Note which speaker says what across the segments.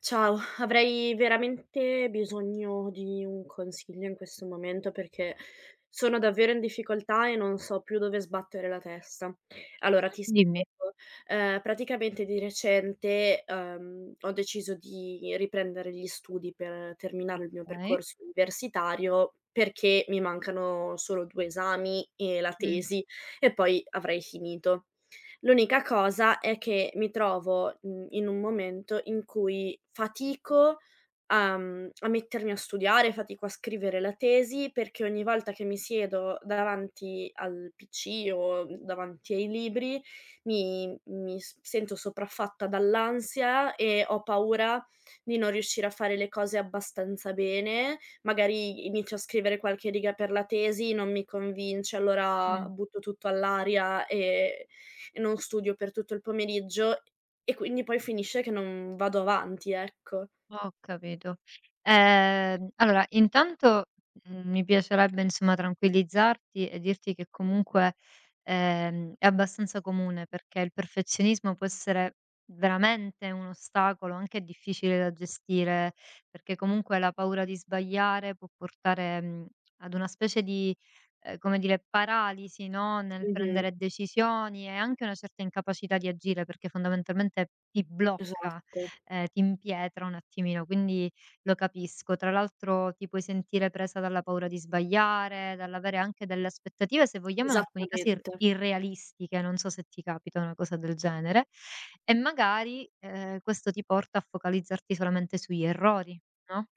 Speaker 1: Ciao, avrei veramente bisogno di un consiglio in questo momento perché sono davvero in difficoltà e non so più dove sbattere la testa. Allora, ti
Speaker 2: Dimmi.
Speaker 1: spiego, praticamente di recente, ho deciso di riprendere gli studi per terminare il mio
Speaker 2: Okay.
Speaker 1: percorso universitario perché mi mancano solo 2 esami e la
Speaker 2: Mh.
Speaker 1: tesi e poi avrei finito. L'unica cosa è che mi trovo, in un momento in cui fatico a a mettermi a studiare, fatico a scrivere la tesi, perché ogni volta che mi siedo davanti al PC o davanti ai libri mi mi s sento sopraffatta dall'ansia e ho paura di non riuscire a fare le cose abbastanza bene. Magari inizio a scrivere qualche riga per la tesi, non mi convince, allora
Speaker 2: Mh.
Speaker 1: butto tutto all'aria e non studio per tutto il pomeriggio e quindi poi finisce che non vado avanti, ecco.
Speaker 2: Ho capito. Allora intanto, mi piacerebbe insomma tranquillizzarti e dirti che comunque, è abbastanza comune perché il perfezionismo può essere veramente un ostacolo, anche difficile da gestire, perché comunque la paura di sbagliare può portare, ad una specie di, come dire, paralisi, no, nel
Speaker 1: Mh-mh,
Speaker 2: prendere decisioni e anche una certa incapacità di agire, perché fondamentalmente ti blocca,
Speaker 1: esatto,
Speaker 2: ti impietra un attimino, quindi lo capisco. Tra l'altro ti puoi sentire presa dalla paura di sbagliare, dall'avere anche delle aspettative, se vogliamo in alcuni casi ir
Speaker 1: esattamente.
Speaker 2: irrealistiche, non so se ti capita una cosa del genere, e magari, questo ti porta a focalizzarti solamente sugli errori, no?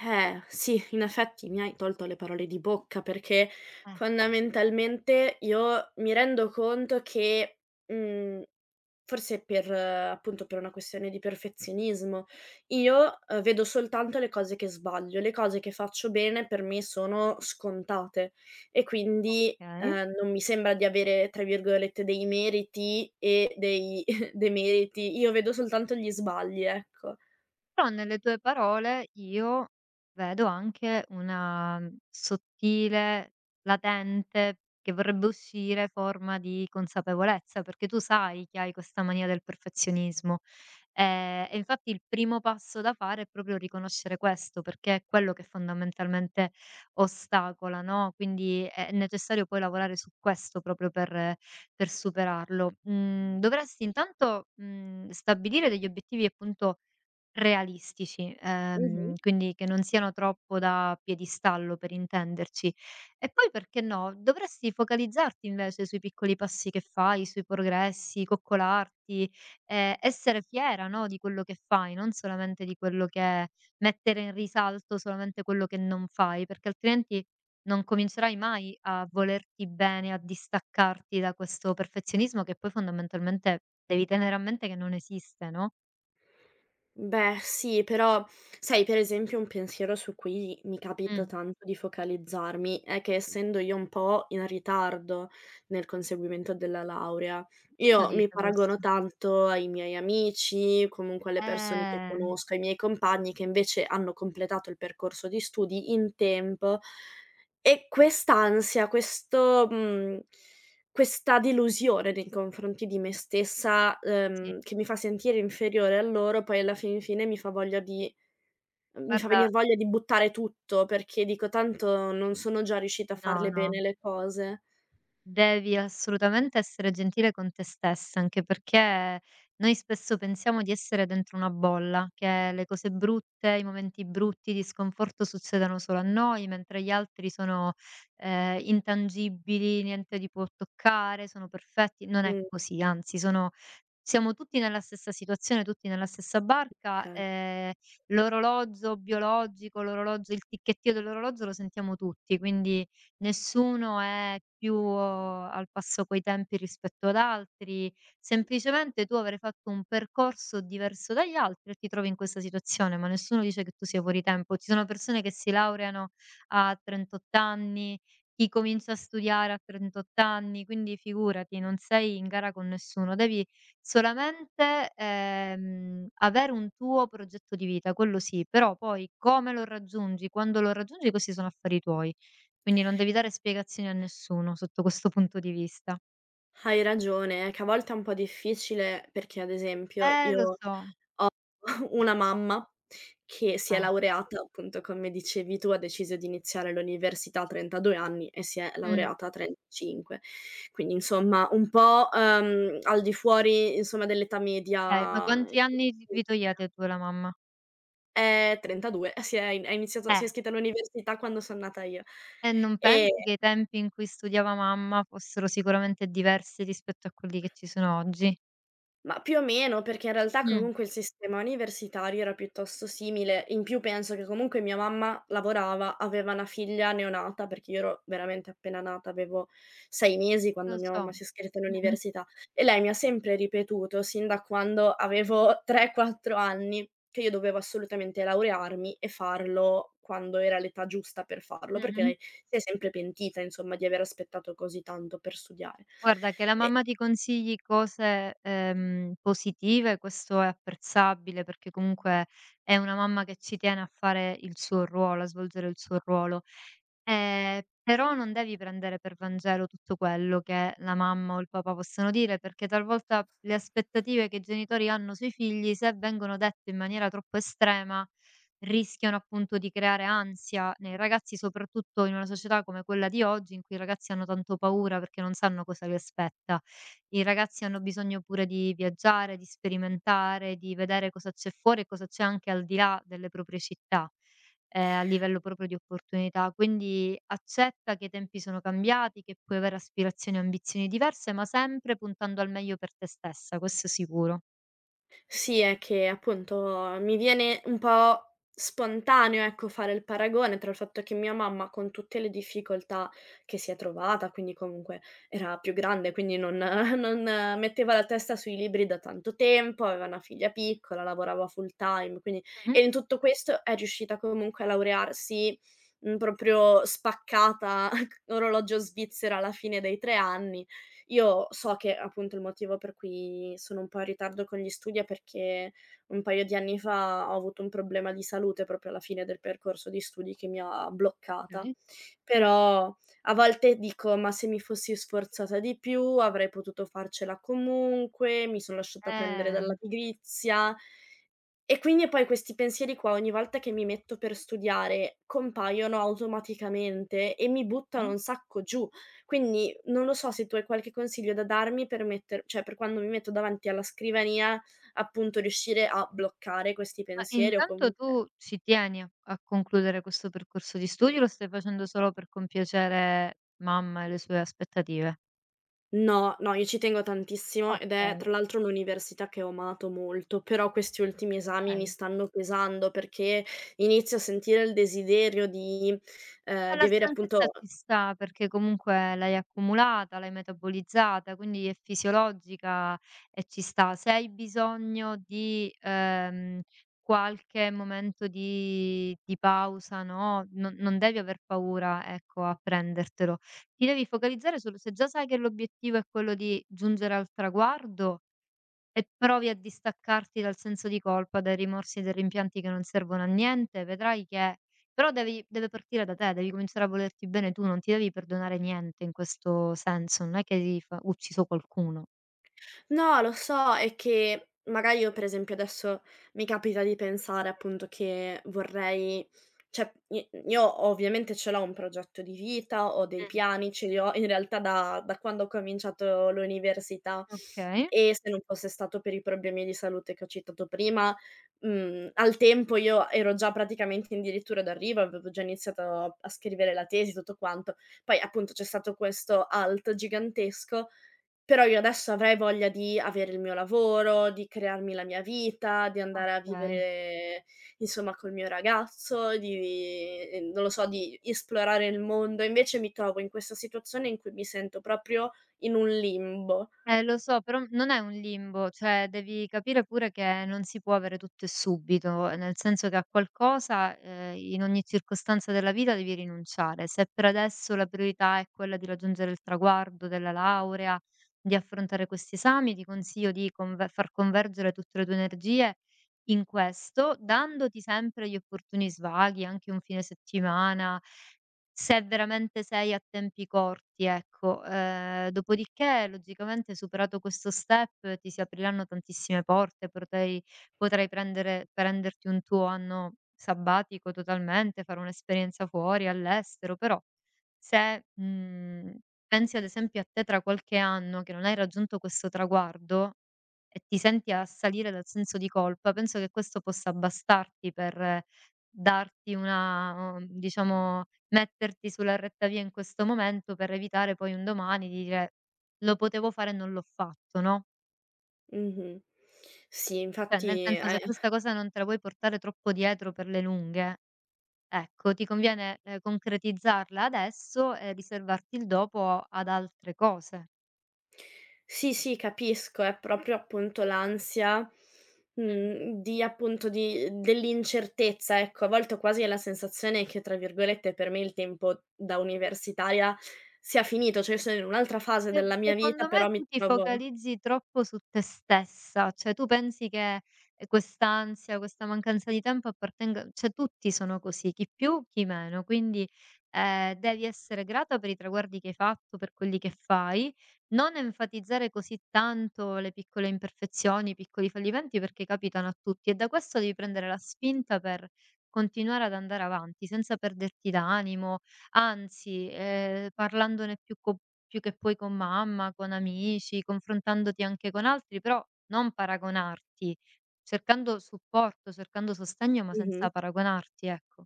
Speaker 1: Sì, in effetti mi hai tolto le parole di bocca perché
Speaker 2: Ecco.
Speaker 1: fondamentalmente io mi rendo conto che, mhmm, forse per appunto per una questione di perfezionismo, io, vedo soltanto le cose che sbaglio, le cose che faccio bene per me sono scontate e quindi,
Speaker 2: Okay.
Speaker 1: non mi sembra di avere tra virgolette "dei meriti" e dei demeriti, io vedo soltanto gli sbagli, ecco.
Speaker 2: Però nelle tue parole io vedo anche una sottile, latente, che vorrebbe uscire forma di consapevolezza, perché tu sai che hai questa mania del perfezionismo. E infatti il primo passo da fare è proprio riconoscere questo, perché è quello che fondamentalmente ostacola, no, quindi è necessario poi lavorare su questo proprio per superarlo. Mhmm, Dovresti intanto, stabilire degli obiettivi appunto realistici,
Speaker 1: Mh-mh.
Speaker 2: quindi che non siano troppo da piedistallo per intenderci. E poi perché no, dovresti focalizzarti invece sui piccoli passi che fai, sui progressi, coccolarti, essere fiera, no, di quello che fai, non solamente di quello che mettere in risalto solamente quello che non fai, perché altrimenti non comincerai mai a volerti bene, a distaccarti da questo perfezionismo che poi fondamentalmente devi tenere a mente che non esiste, no?
Speaker 1: Beh, sì, però sai, per esempio, un pensiero su cui mi capita
Speaker 2: Mh.
Speaker 1: tanto di focalizzarmi è che essendo io un po' in ritardo nel conseguimento della laurea,
Speaker 2: Chi lo
Speaker 1: io mi
Speaker 2: dice
Speaker 1: paragono
Speaker 2: questo?
Speaker 1: tanto ai miei amici, comunque alle persone che
Speaker 2: Eh,
Speaker 1: conosco, ai miei compagni che invece hanno completato il percorso di studi in tempo e quest'ansia, questo, mhmm questa delusione nei confronti di me stessa,
Speaker 2: sì.
Speaker 1: che mi fa sentire inferiore a loro, poi alla fin fine mi fa voglia di mi fa venir
Speaker 2: Guarda,
Speaker 1: voglia di buttare tutto, perché dico: "Tanto non sono già riuscita a
Speaker 2: no,
Speaker 1: farle
Speaker 2: no.
Speaker 1: bene le cose".
Speaker 2: Devi assolutamente essere gentile con te stessa, anche perché noi spesso pensiamo di essere dentro una bolla, che le cose brutte, i momenti brutti di sconforto succedano solo a noi, mentre gli altri sono, intangibili, niente li può toccare, sono perfetti. Non è
Speaker 1: Mh,
Speaker 2: così, anzi sono siamo tutti nella stessa situazione, tutti nella stessa barca,
Speaker 1: okay.
Speaker 2: l'orologio biologico, l'orologio il ticchettio dell'orologio lo sentiamo tutti, quindi nessuno è più al passo coi tempi rispetto ad altri, semplicemente tu avrai fatto un percorso diverso dagli altri e ti trovi in questa situazione, ma nessuno dice che tu sia fuori tempo. Ci sono persone che si laureano a 38 anni, chi comincia a studiare a 38 anni, quindi figurati, non sei in gara con nessuno. Devi solamente, avere un tuo progetto di vita, quello sì, però poi come lo raggiungi, quando lo raggiungi, questi sono affari tuoi. Quindi non devi dare spiegazioni a nessuno sotto questo punto di vista.
Speaker 1: Hai ragione, è che a volte è un po' difficile perché, ad esempio,
Speaker 2: Lo
Speaker 1: io.
Speaker 2: so.
Speaker 1: Una mamma che si è
Speaker 2: Eh,
Speaker 1: laureata, appunto, come dicevi tu, ha deciso di iniziare l'università a 32 anni e si è
Speaker 2: mh,
Speaker 1: laureata a 35. Quindi insomma un po', al di fuori, insomma, dell'età
Speaker 2: okay, ma
Speaker 1: media.
Speaker 2: quanti anni vi togliete tu e la mamma?
Speaker 1: Eh, 32, si è in ha iniziato
Speaker 2: Eh,
Speaker 1: si è iscritta all'università quando son nata io.
Speaker 2: e non
Speaker 1: E
Speaker 2: pensi che i tempi in cui studiava mamma fossero sicuramente diversi rispetto a quelli che ci sono oggi?
Speaker 1: ma più o meno, perché in realtà
Speaker 2: Mh,
Speaker 1: comunque il sistema universitario era piuttosto simile. In più penso che comunque mia mamma lavorava, aveva una figlia neonata, perché io ero veramente appena nata, avevo 6 mesi quando
Speaker 2: lo
Speaker 1: mia mamma
Speaker 2: so.
Speaker 1: si è iscritta
Speaker 2: Mh-mh,
Speaker 1: all'università e lei mi ha sempre ripetuto, sin da quando avevo 3, 4 anni, che io dovevo assolutamente laurearmi e farlo quando era l'età giusta per farlo, perché
Speaker 2: mh-mh.
Speaker 1: lei si è sempre pentita, insomma, di aver aspettato così tanto per studiare.
Speaker 2: Guarda che la
Speaker 1: E
Speaker 2: mamma ti consigli cose, positive, questo è apprezzabile, perché comunque è una mamma che ci tiene a fare il suo ruolo, a svolgere il suo ruolo. Però non devi prendere per Vangelo tutto quello che la mamma o il papà possono dire, perché talvolta le aspettative che i genitori hanno sui figli, se vengono dette in maniera troppo estrema, rischiano appunto di creare ansia nei ragazzi, soprattutto in una società come quella di oggi, in cui i ragazzi hanno tanto paura perché non sanno cosa li aspetta. I ragazzi hanno bisogno pure di viaggiare, di sperimentare, di vedere cosa c'è fuori e cosa c'è anche al di là delle proprie città, a livello proprio di opportunità. Quindi accetta che i tempi sono cambiati, che puoi avere aspirazioni e ambizioni diverse, ma sempre puntando al meglio per te stessa, questo sicuro.
Speaker 1: sì, è che appunto mi viene un po' spontaneo, ecco, fare il paragone tra il fatto che mia mamma, con tutte le difficoltà che si è trovata, quindi comunque era più grande, quindi non non metteva la testa sui libri da tanto tempo, aveva una figlia piccola, lavorava full time, quindi
Speaker 2: Mh-mh.
Speaker 1: e in tutto questo è riuscita comunque a laurearsi, proprio spaccata, orologio svizzero alla fine dei 3 anni. Io so che appunto il motivo per cui sono un po' in ritardo con gli studi è perché un paio di anni fa ho avuto un problema di salute proprio alla fine del percorso di studi che mi ha bloccata.
Speaker 2: Okay.
Speaker 1: Però a volte dico: "Ma se mi fossi sforzata di più avrei potuto farcela comunque, mi son lasciata prendere
Speaker 2: Eh,
Speaker 1: dalla pigrizia". E quindi e poi questi pensieri qua ogni volta che mi metto per studiare compaiono automaticamente e mi buttano
Speaker 2: mh-mh.
Speaker 1: un sacco giù. Quindi non lo so se tu hai qualche consiglio da darmi per metter cioè per quando mi metto davanti alla scrivania, appunto riuscire a bloccare questi
Speaker 2: Ma
Speaker 1: pensieri o
Speaker 2: intanto
Speaker 1: comunque
Speaker 2: tu ci tieni a concludere questo percorso di studi o lo stai facendo solo per compiacere mamma e le sue aspettative?
Speaker 1: no, no, io ci tengo tantissimo ed è
Speaker 2: Okay,
Speaker 1: tra l'altro un'università che ho amato molto, però questi ultimi esami mi
Speaker 2: okay.
Speaker 1: stanno pesando perché inizio a sentire il desiderio di
Speaker 2: La
Speaker 1: avere
Speaker 2: stanchezza
Speaker 1: appunto.
Speaker 2: ci sta, perché comunque l'hai accumulata, l'hai metabolizzata, quindi è fisiologica e ci sta. Se hai bisogno di, qualche momento di pausa, no, non devi aver paura, ecco, a prendertelo. Ti devi focalizzare sul se già sai che l'obiettivo è quello di giungere al traguardo e provi a distaccarti dal senso di colpa, dai rimorsi e dai rimpianti che non servono a niente, vedrai che però devi deve partire da te, devi cominciare a volerti bene tu, non ti devi perdonare niente in questo senso, non è che hai fa ucciso qualcuno.
Speaker 1: No, lo so, è che magari io per esempio adesso mi capita di pensare appunto che vorrei cioè i io ovviamente ce l'ho un progetto di vita, ho dei
Speaker 2: Mh.
Speaker 1: piani, ce li ho in realtà da quando ho cominciato l'università
Speaker 2: Okay,
Speaker 1: e se non fosse stato per i problemi di salute che ho citato prima, al tempo io ero già praticamente addirittura d'arrivo, avevo già iniziato a scrivere la tesi, tutto quanto. Poi appunto c'è stato questo alt gigantesco però io adesso avrei voglia di avere il mio lavoro, di crearmi la mia vita, di andare a
Speaker 2: okay.
Speaker 1: vivere insomma col mio ragazzo, di non lo so, di esplorare il mondo. Invece mi trovo in questa situazione in cui mi sento proprio in un limbo.
Speaker 2: Lo so, però non è un limbo, cioè devi capire pure che non si può avere tutto e subito, nel senso che a qualcosa, in ogni circostanza della vita devi rinunciare. Se per adesso la priorità è quella di raggiungere il traguardo della laurea, di affrontare questi esami, ti consiglio di conve far convergere tutte le tue energie in questo, dandoti sempre gli opportuni svaghi, anche un fine settimana. Se veramente sei a tempi corti, ecco. Dopodiché logicamente superato questo step ti si apriranno tantissime porte, potrai prendere prenderti un tuo anno sabbatico totalmente, fare un'esperienza fuori, all'estero, però se, pensi ad esempio a te tra qualche anno che non hai raggiunto questo traguardo e ti senti assalire dal senso di colpa, penso che questo possa bastarti per darti una diciamo, metterti sulla retta via in questo momento per evitare poi un domani di dire: "Lo potevo fare e non l'ho fatto", no,
Speaker 1: Mh-mh. Sì,
Speaker 2: cioè nel
Speaker 1: infatti
Speaker 2: senso
Speaker 1: è
Speaker 2: se questa cosa non te la vuoi portare troppo dietro per le lunghe, ecco, ti conviene, concretizzarla adesso e riservarti il dopo ad altre cose.
Speaker 1: sì, sì, capisco, è proprio appunto l'ansia,
Speaker 2: Mh.
Speaker 1: di appunto di dell'incertezza, ecco. A volte ho quasi la sensazione che, tra virgolette, per me il tempo da universitaria sia finito, cioè io sono in un'altra fase
Speaker 2: Perché
Speaker 1: della mia vita,
Speaker 2: secondo me
Speaker 1: però mi
Speaker 2: tu ti
Speaker 1: trovo
Speaker 2: focalizzi troppo su te stessa, cioè tu pensi che, quest'ansia, questa mancanza di tempo appartenga cioè tutti sono così, chi più, chi meno, quindi, devi essere grata per i traguardi che hai fatto, per quelli che fai, non enfatizzare così tanto le piccole imperfezioni, i piccoli fallimenti perché capitano a tutti e da questo devi prendere la spinta per continuare ad andare avanti senza perderti d'animo, anzi, parlandone più che poi con mamma, con amici, confrontandoti anche con altri, però non paragonarti, cercando supporto, cercando sostegno, ma
Speaker 1: mh-mh.
Speaker 2: senza paragonarti, ecco.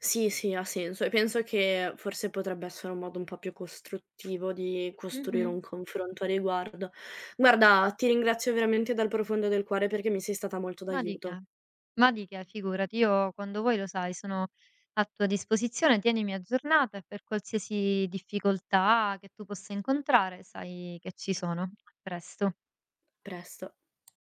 Speaker 1: Sì, sì, ha senso e penso che forse potrebbe essere un modo un po' più costruttivo di costruire
Speaker 2: Mh-mh.
Speaker 1: un confronto a riguardo. Guarda, ti ringrazio veramente dal profondo del cuore perché mi sei stata molto
Speaker 2: Ma di
Speaker 1: d'aiuto.
Speaker 2: che. Ma di che, figurati. Io quando vuoi lo sai, sono a tua disposizione, tienimi aggiornata e per qualsiasi difficoltà che tu possa incontrare sai che ci sono. A presto.
Speaker 1: A presto.